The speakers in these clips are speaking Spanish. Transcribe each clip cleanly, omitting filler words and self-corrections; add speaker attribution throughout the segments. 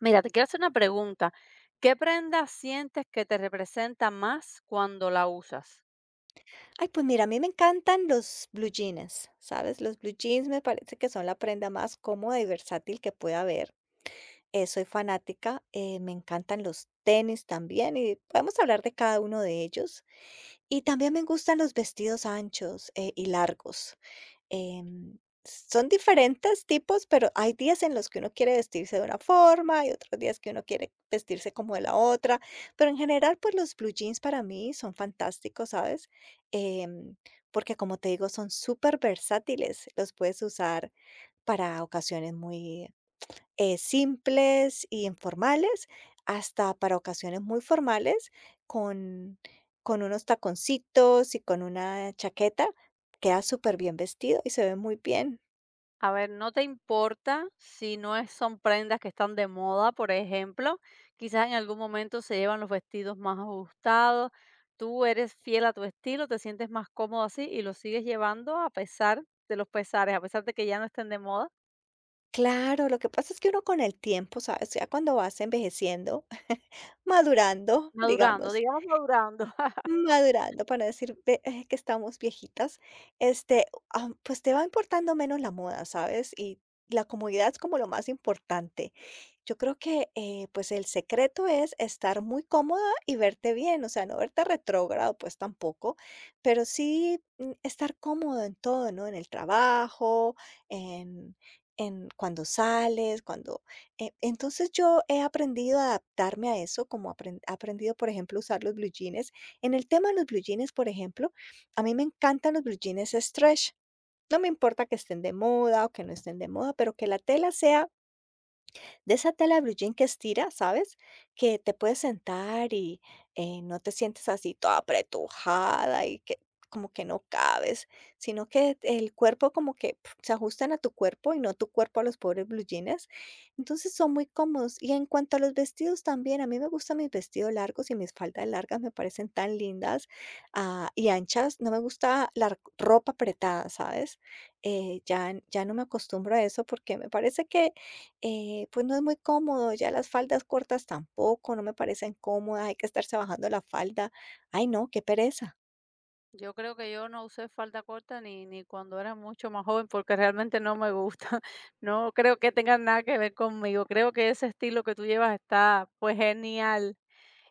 Speaker 1: Mira, te quiero hacer una pregunta. ¿Qué prenda sientes que te representa más cuando la usas?
Speaker 2: Ay, pues mira, a mí me encantan los blue jeans, ¿sabes? Los blue jeans me parece que son la prenda más cómoda y versátil que pueda haber. Soy fanática, me encantan los tenis también y podemos hablar de cada uno de ellos. Y también me gustan los vestidos anchos y largos. Em, Son diferentes tipos, pero hay días en los que uno quiere vestirse de una forma, y otros días que uno quiere vestirse como de la otra, pero en general, pues los blue jeans para mí son fantásticos, ¿sabes? Em, Porque como te digo, son súper versátiles, los puedes usar para ocasiones muy simples y informales, hasta para ocasiones muy formales, con, con unos taconcitos y con una chaqueta, queda súper bien vestido y se ve muy bien.
Speaker 1: A ver, no te importa si no es- son prendas que están de moda, por ejemplo. Quizás en algún momento se llevan los vestidos más ajustados. Tú eres fiel a tu estilo, te sientes más cómodo así y lo sigues llevando a pesar de los pesares, a pesar de que ya no estén de moda,
Speaker 2: Claro, lo que pasa es que uno con el tiempo, ¿sabes? Ya cuando vas envejeciendo, madurando,
Speaker 1: madurando,
Speaker 2: digamos,
Speaker 1: digamos madurando.
Speaker 2: madurando, para decir ve que estamos viejitas, este, pues te va importando menos la moda, ¿sabes? Y la comodidad es como lo más importante. Yo creo que, pues, el secreto es estar muy cómoda y verte bien, o sea, no verte retrógrado, pues tampoco, pero sí, estar cómodo en todo, ¿no? En el trabajo, en en cuando sales, cuando entonces yo he aprendido a adaptarme a eso, como apren he aprendido, por ejemplo, a usar los blue jeans en el tema de los blue jeans, por ejemplo, a mí me encantan los blue jeans stretch. No me importa que estén de moda o que no estén de moda, pero que la tela sea de esa tela de bluyín que estira, ¿sabes? Que te puedes sentar y, no te sientes así toda apretujada y que como que no cabes, sino que el cuerpo como que pf, se ajustan a tu cuerpo y no tu cuerpo a los pobres bluyines. Entonces son muy cómodos. Y en cuanto a los vestidos también, a mí me gustan mis vestidos largos y mis faldas largas me parecen tan lindas, ah, y anchas. No me gusta la ropa apretada, ¿sabes? Ya no me acostumbro a eso porque me parece que pues no es muy cómodo, ya las faldas cortas tampoco, no me parecen cómodas, hay que estarse bajando la falda. Ay, no, qué pereza.
Speaker 1: Yo creo que yo no usé falda corta ni cuando era mucho más joven, porque realmente no me gusta. No creo que tenga nada que ver conmigo. Creo que ese estilo que tú llevas está, pues, genial.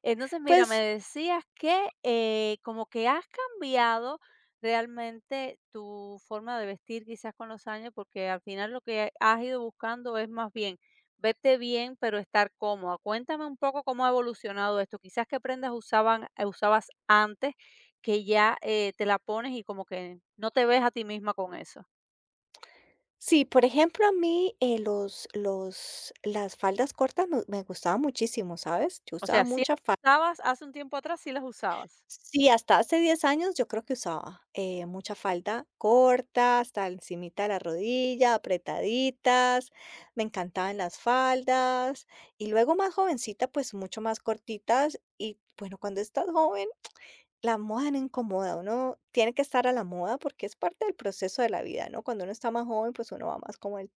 Speaker 1: Entonces, mira, me
Speaker 2: Pues
Speaker 1: decías que, como que has cambiado realmente tu forma de vestir quizás con los años, porque al final lo que has ido buscando es más bien verte bien, pero estar cómoda. Cuéntame un poco cómo ha evolucionado esto. Quizás qué prendas usabas antes que ya te la pones y como que no te ves a ti misma con eso.
Speaker 2: sí, por ejemplo, a mí las faldas cortas me gustaban muchísimo, ¿sabes? Yo
Speaker 1: O
Speaker 2: usaba
Speaker 1: sea, si
Speaker 2: mucha
Speaker 1: las
Speaker 2: falda.
Speaker 1: usabas hace un tiempo atrás, sí las usabas.
Speaker 2: Sí, hasta hace 10 años yo creo que usaba mucha falda corta, hasta encimita de la rodilla, apretaditas, me encantaban las faldas y luego más jovencita, pues mucho más cortitas y bueno, cuando estás joven. La moda no incomoda, uno tiene que estar a la moda porque es parte del proceso de la vida, ¿no? Cuando uno está más joven, pues uno va más como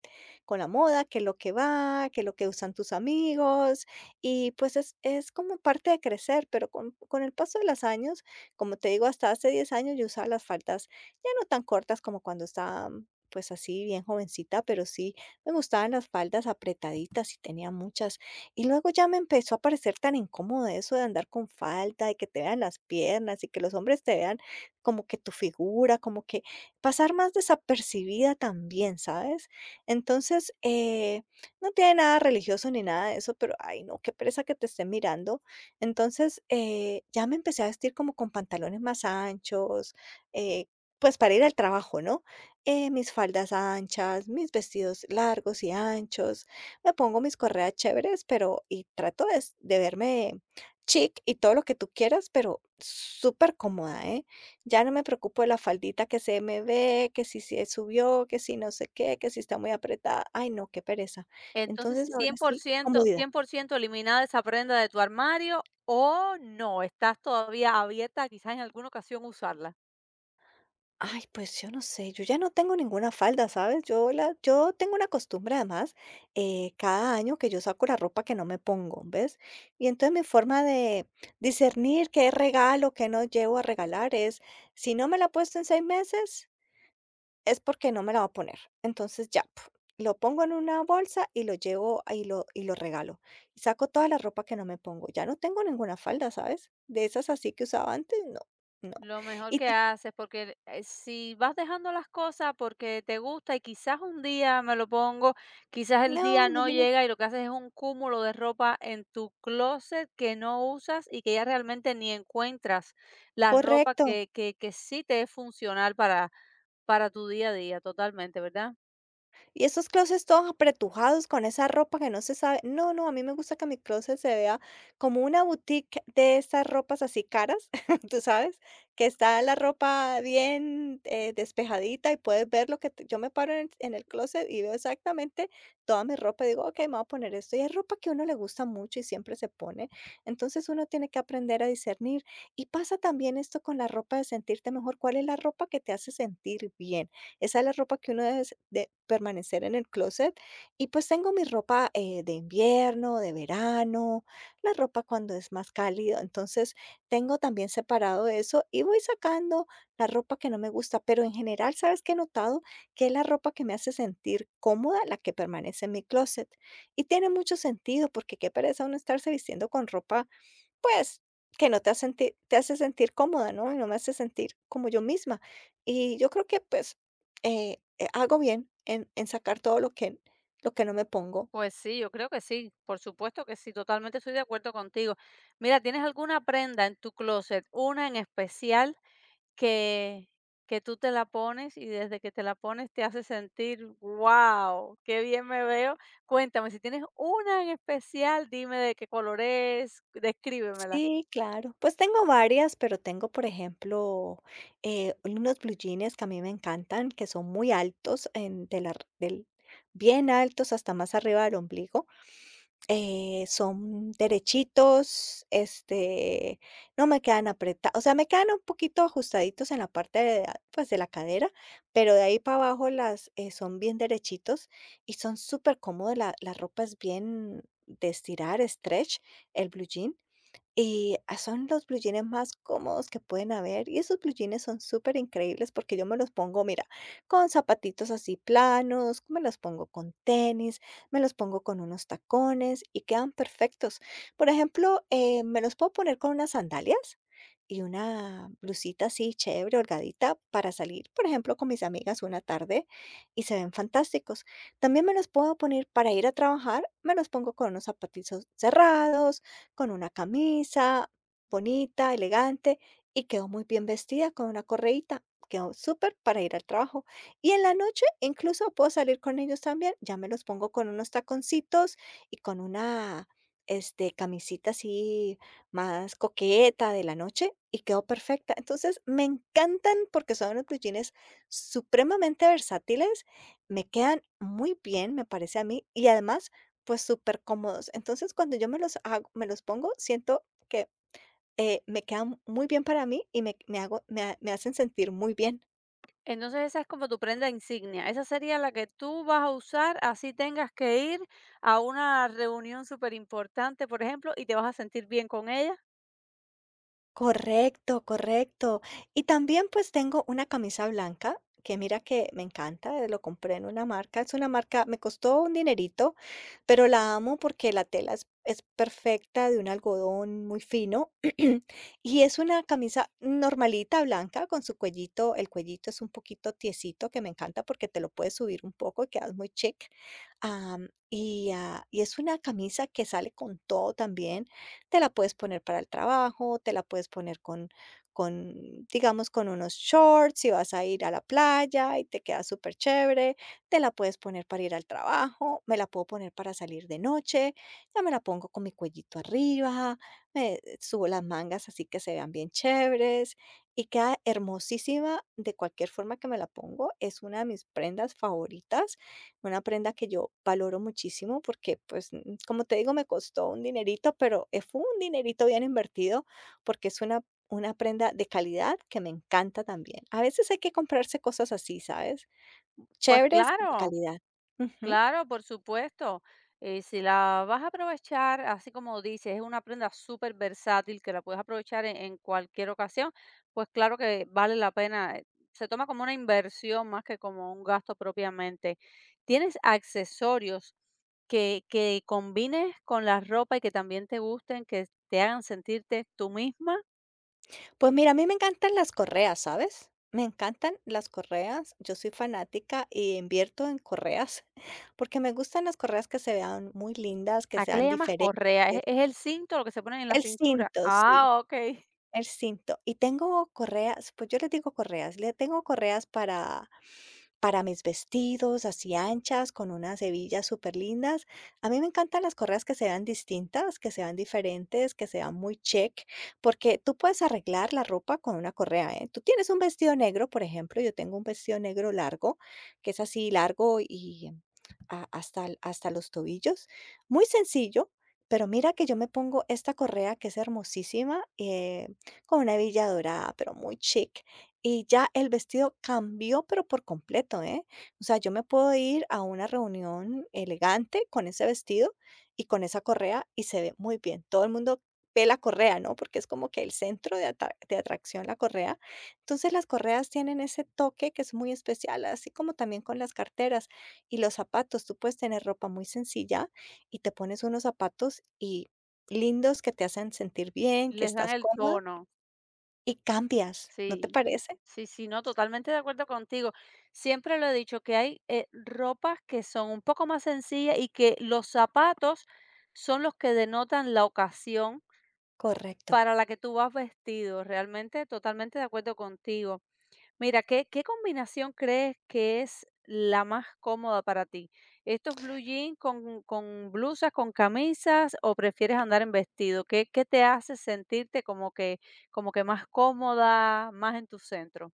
Speaker 2: con la moda, que lo que va, que lo que usan tus amigos, y pues es como parte de crecer, pero con el paso de los años, como te digo, hasta hace 10 años yo usaba las faldas ya no tan cortas como cuando estaba pues así bien jovencita, pero sí me gustaban las faldas apretaditas y tenía muchas y luego ya me empezó a parecer tan incómodo eso de andar con falda y que te vean las piernas y que los hombres te vean como que tu figura, como que pasar más desapercibida también, ¿sabes? Entonces, no tiene nada religioso ni nada de eso, pero ay, no, qué pereza que te estén mirando. Entonces, ya me empecé a vestir como con pantalones más anchos, eh, pues para ir al trabajo, ¿no? Mis faldas anchas, mis vestidos largos y anchos, me pongo mis correas chéveres, pero y trato de verme chic y todo lo que tú quieras, pero súper cómoda, ¿eh? Ya no me preocupo de la faldita que se me ve, que si se subió, que si no sé qué, que si está muy apretada. Ay, no, qué pereza.
Speaker 1: Entonces,
Speaker 2: Entonces, ahora
Speaker 1: cien por
Speaker 2: sí,
Speaker 1: ciento,
Speaker 2: comodidad.
Speaker 1: 100%, eliminada esa prenda de tu armario, o no, ¿estás todavía abierta a quizás en alguna ocasión usarla?
Speaker 2: Ay, pues yo no sé, yo ya no tengo ninguna falda, ¿sabes? Yo, la, yo tengo una costumbre además, cada año que yo saco la ropa que no me pongo, ¿ves? Y entonces mi forma de discernir qué regalo, qué no llevo a regalar es, si no me la he puesto en 6 meses, es porque no me la va a poner. Entonces ya, lo pongo en una bolsa y lo llevo y lo regalo. Y saco toda la ropa que no me pongo. Ya no tengo ninguna falda, ¿sabes? De esas así que usaba antes, no, no.
Speaker 1: Lo mejor
Speaker 2: Y
Speaker 1: que
Speaker 2: ta-
Speaker 1: haces, porque si vas dejando las cosas porque te gusta y quizás un día me lo pongo, quizás el
Speaker 2: no,
Speaker 1: día no
Speaker 2: imagínate.
Speaker 1: llega y lo que haces es un cúmulo de ropa en tu closet que no usas y que ya realmente ni encuentras la ropa
Speaker 2: Correcto.
Speaker 1: que sí te es funcional para tu día a día, totalmente, ¿verdad?
Speaker 2: Y esos closets todos apretujados con esa ropa que no se sabe. No, no, a mí me gusta que mi closet se vea como una boutique de esas ropas así caras, tú sabes, que está la ropa bien despejadita y puedes ver lo que yo me paro en el closet y veo exactamente toda mi ropa y digo, ok, me voy a poner esto. Y es ropa que a uno le gusta mucho y siempre se pone. Entonces uno tiene que aprender a discernir. Y pasa también esto con la ropa de sentirte mejor. ¿Cuál es la ropa que te hace sentir bien? Esa es la ropa que uno debe s de permanecer en el closet y, pues, tengo mi ropa, de invierno, de verano, la ropa cuando es más cálido. Entonces, tengo también separado eso y voy sacando la ropa que no me gusta, pero en general, ¿sabes qué he notado? Que es la ropa que me hace sentir cómoda la que permanece en mi closet. Y tiene mucho sentido, porque qué pereza uno estarse vistiendo con ropa, pues, que no te hace sentir, te hace sentir cómoda, ¿no? Y no me hace sentir como yo misma. Y yo creo que, pues, hago bien en sacar todo lo que no me pongo.
Speaker 1: Pues sí, yo creo que sí, por supuesto que sí, totalmente estoy de acuerdo contigo. Mira, ¿tienes alguna prenda en tu closet, una en especial que, que tú te la pones y desde que te la pones te hace sentir, wow, qué bien me veo? Cuéntame, si tienes una en especial, dime de qué color es, descríbemela.
Speaker 2: Sí, claro. Pues tengo varias, pero tengo, por ejemplo, unos blue jeans que a mí me encantan, que son muy altos, en de la del bien altos hasta más arriba del ombligo. Son derechitos, este, no me quedan apretados, o sea, me quedan un poquito ajustaditos en la parte de, pues, de la cadera, pero de ahí para abajo las son bien derechitos y son súper cómodos, la ropa es bien de estirar, stretch, el blue jean, y, ah, son los blue jeans más cómodos que pueden haber, y esos blue jeans son súper increíbles porque yo me los pongo, mira, con zapatitos así planos, me los pongo con tenis, me los pongo con unos tacones y quedan perfectos. Por ejemplo, me los puedo poner con unas sandalias y una blusita así chévere, holgadita, para salir, por ejemplo, con mis amigas una tarde y se ven fantásticos. También me los puedo poner para ir a trabajar, me los pongo con unos zapatitos cerrados, con una camisa bonita, elegante, y quedó muy bien vestida con una correíta. Quedó súper para ir al trabajo. Y en la noche incluso puedo salir con ellos también. Ya me los pongo con unos taconcitos y con una, este, camisita así más coqueta de la noche y quedó perfecta. Entonces me encantan porque son unos blue jeans supremamente versátiles, me quedan muy bien, me parece a mí, y además pues súper cómodos. Entonces, cuando yo me los hago me los pongo, siento que, me quedan muy bien para mí y me me hago me ha me hacen sentir muy bien.
Speaker 1: Entonces esa es como tu prenda insignia, esa sería la que tú vas a usar así tengas que ir a una reunión súper importante, por ejemplo, y te vas a sentir bien con ella.
Speaker 2: Correcto, correcto. Y también, pues, tengo una camisa blanca que mira que me encanta, lo compré en una marca, es una marca, me costó un dinerito. Pero la amo porque la tela es perfecta, de un algodón muy fino. Y es una camisa normalita, blanca, con su cuellito. El cuellito es un poquito tiesito, que me encanta porque te lo puedes subir un poco y quedas muy chic. Es una camisa que sale con todo también. Te la puedes poner para el trabajo, te la puedes poner con, digamos, con unos shorts si vas a ir a la playa y te queda súper chévere, te la puedes poner para ir al trabajo, me la puedo poner para salir de noche, ya me la pongo con mi cuellito arriba, me subo las mangas así que se vean bien chéveres y queda hermosísima de cualquier forma que me la pongo. Es una de mis prendas favoritas, una prenda que yo valoro muchísimo porque, pues, como te digo, me costó un dinerito, pero fue un dinerito bien invertido porque es una prenda de calidad que me encanta también. A veces hay que comprarse cosas así, ¿sabes?
Speaker 1: Pues
Speaker 2: Chéveres, de
Speaker 1: claro,
Speaker 2: calidad. Ujú.
Speaker 1: claro, por supuesto. Si la vas a aprovechar, así como dices, es una prenda súper versátil que la puedes aprovechar en cualquier ocasión, pues claro que vale la pena. Se toma como una inversión más que como un gasto propiamente. ¿Tienes accesorios que combines con la ropa y que también te gusten, que te hagan sentirte tú misma?
Speaker 2: Pues mira, a mí me encantan las correas, ¿sabes? Me encantan las correas. Yo soy fanática y invierto en correas, porque me gustan las correas que se vean muy lindas, que
Speaker 1: ¿A qué le
Speaker 2: sean
Speaker 1: llamas
Speaker 2: diferentes.
Speaker 1: correa? Es el cinto, lo que se ponen en la
Speaker 2: El
Speaker 1: cintura?
Speaker 2: cinto, sí,
Speaker 1: Ah, ok.
Speaker 2: el cinto. Y tengo correas, pues yo les digo correas, le tengo correas para mis vestidos así anchas, con unas hebillas súper lindas. A mí me encantan las correas que se vean distintas, que se vean diferentes, que se vean muy chic, porque tú puedes arreglar la ropa con una correa, ¿eh? Tú tienes un vestido negro, por ejemplo, yo tengo un vestido negro largo, que es así largo y hasta, hasta los tobillos. Muy sencillo. Pero mira que yo me pongo esta correa que es hermosísima, con una hebilla dorada, pero muy chic. Y ya el vestido cambió, pero por completo, ¿eh? O sea, yo me puedo ir a una reunión elegante con ese vestido y con esa correa y se ve muy bien. Todo el mundo ve la correa, ¿no? Porque es como que el centro de, de atracción, la correa. Entonces las correas tienen ese toque que es muy especial, así como también con las carteras y los zapatos. Tú puedes tener ropa muy sencilla y te pones unos zapatos y lindos que te hacen sentir bien, que
Speaker 1: Les dan
Speaker 2: estás
Speaker 1: el
Speaker 2: cómoda
Speaker 1: tono.
Speaker 2: y cambias, ¿no te
Speaker 1: Sí,
Speaker 2: parece?
Speaker 1: sí, sí, no, totalmente de acuerdo contigo. Siempre lo he dicho que hay ropas que son un poco más sencillas y que los zapatos son los que denotan la ocasión
Speaker 2: Correcto.
Speaker 1: para la que tú vas vestido. Realmente, totalmente de acuerdo contigo. Mira, ¿qué, qué combinación crees que es la más cómoda para ti? ¿Estos blue jeans con blusas, con camisas o prefieres andar en vestido? ¿Qué, qué te hace sentirte como que más cómoda, más en tu centro?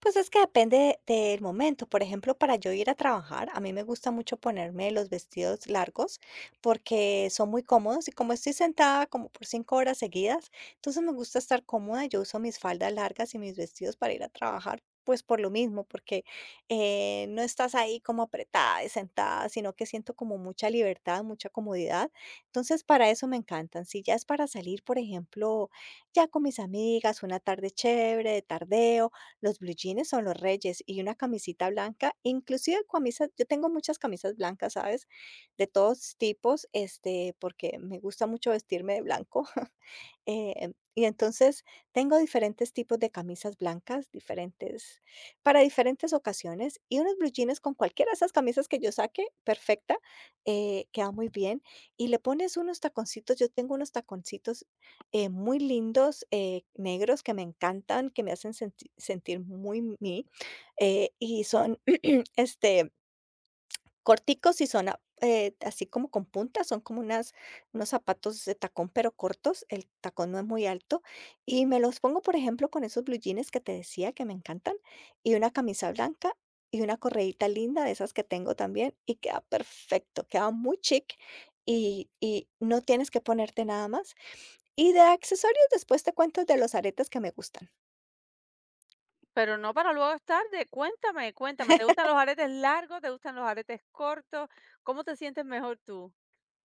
Speaker 2: Pues es que depende del momento. Por ejemplo, para yo ir a trabajar, a mí me gusta mucho ponerme los vestidos largos porque son muy cómodos y como estoy sentada como por 5 horas seguidas, entonces me gusta estar cómoda. Yo uso mis faldas largas y mis vestidos para ir a trabajar. Pues por lo mismo, porque no estás ahí como apretada y sentada, sino que siento como mucha libertad, mucha comodidad. Entonces, para eso me encantan. Si ya es para salir, por ejemplo, ya con mis amigas, una tarde chévere, de tardeo, los blue jeans son los reyes y una camisita blanca, inclusive camisas, yo tengo muchas camisas blancas, ¿sabes? De todos tipos, este, porque me gusta mucho vestirme de blanco. Y entonces tengo diferentes tipos de camisas blancas, diferentes, para diferentes ocasiones, y unos blue jeans con cualquiera de esas camisas que yo saque, perfecta, queda muy bien. Y le pones unos taconcitos, yo tengo unos taconcitos muy lindos, negros, que me encantan, que me hacen sentir muy mí, eh, y son, este, corticos y son a así como con puntas, son como unas unos zapatos de tacón, pero cortos, el tacón no es muy alto, y me los pongo, por ejemplo, con esos blue jeans que te decía que me encantan, y una camisa blanca, y una correíta linda de esas que tengo también, y queda perfecto, queda muy chic, y no tienes que ponerte nada más. Y de accesorios, después te cuento de los aretes que me gustan.
Speaker 1: Pero no para luego es tarde. Cuéntame, cuéntame, ¿te gustan los aretes largos? ¿Te gustan los aretes cortos? ¿Cómo te sientes mejor tú?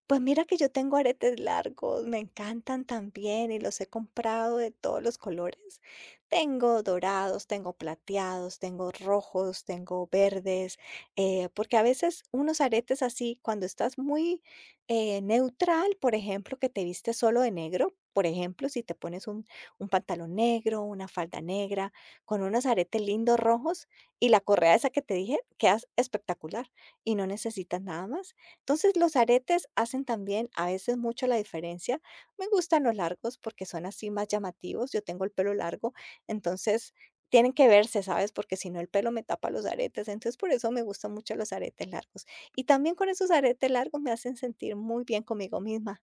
Speaker 2: Pues mira que yo tengo aretes largos, me encantan también y los he comprado de todos los colores. Tengo dorados, tengo plateados, tengo rojos, tengo verdes, porque a veces unos aretes así, cuando estás muy neutral, por ejemplo, que te vistes solo de negro, por ejemplo, si te pones un pantalón negro, una falda negra, con unos aretes lindos rojos y la correa esa que te dije, quedas espectacular y no necesitas nada más. Entonces, los aretes hacen también a veces mucho la diferencia. Me gustan los largos porque son así más llamativos. Yo tengo el pelo largo, entonces tienen que verse, ¿sabes? Porque si no, el pelo me tapa los aretes. Entonces, por eso me gustan mucho los aretes largos. Y también con esos aretes largos me hacen sentir muy bien conmigo misma.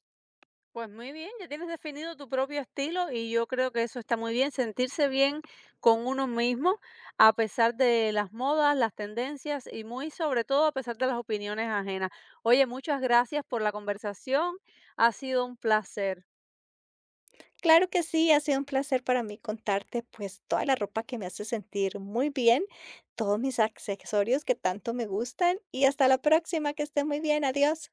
Speaker 1: Pues muy bien, ya tienes definido tu propio estilo y yo creo que eso está muy bien, sentirse bien con uno mismo a pesar de las modas, las tendencias y muy sobre todo a pesar de las opiniones ajenas. Oye, muchas gracias por la conversación, ha sido un placer.
Speaker 2: Claro que sí, ha sido un placer para mí contarte pues toda la ropa que me hace sentir muy bien, todos mis accesorios que tanto me gustan y hasta la próxima, que estés muy bien, adiós.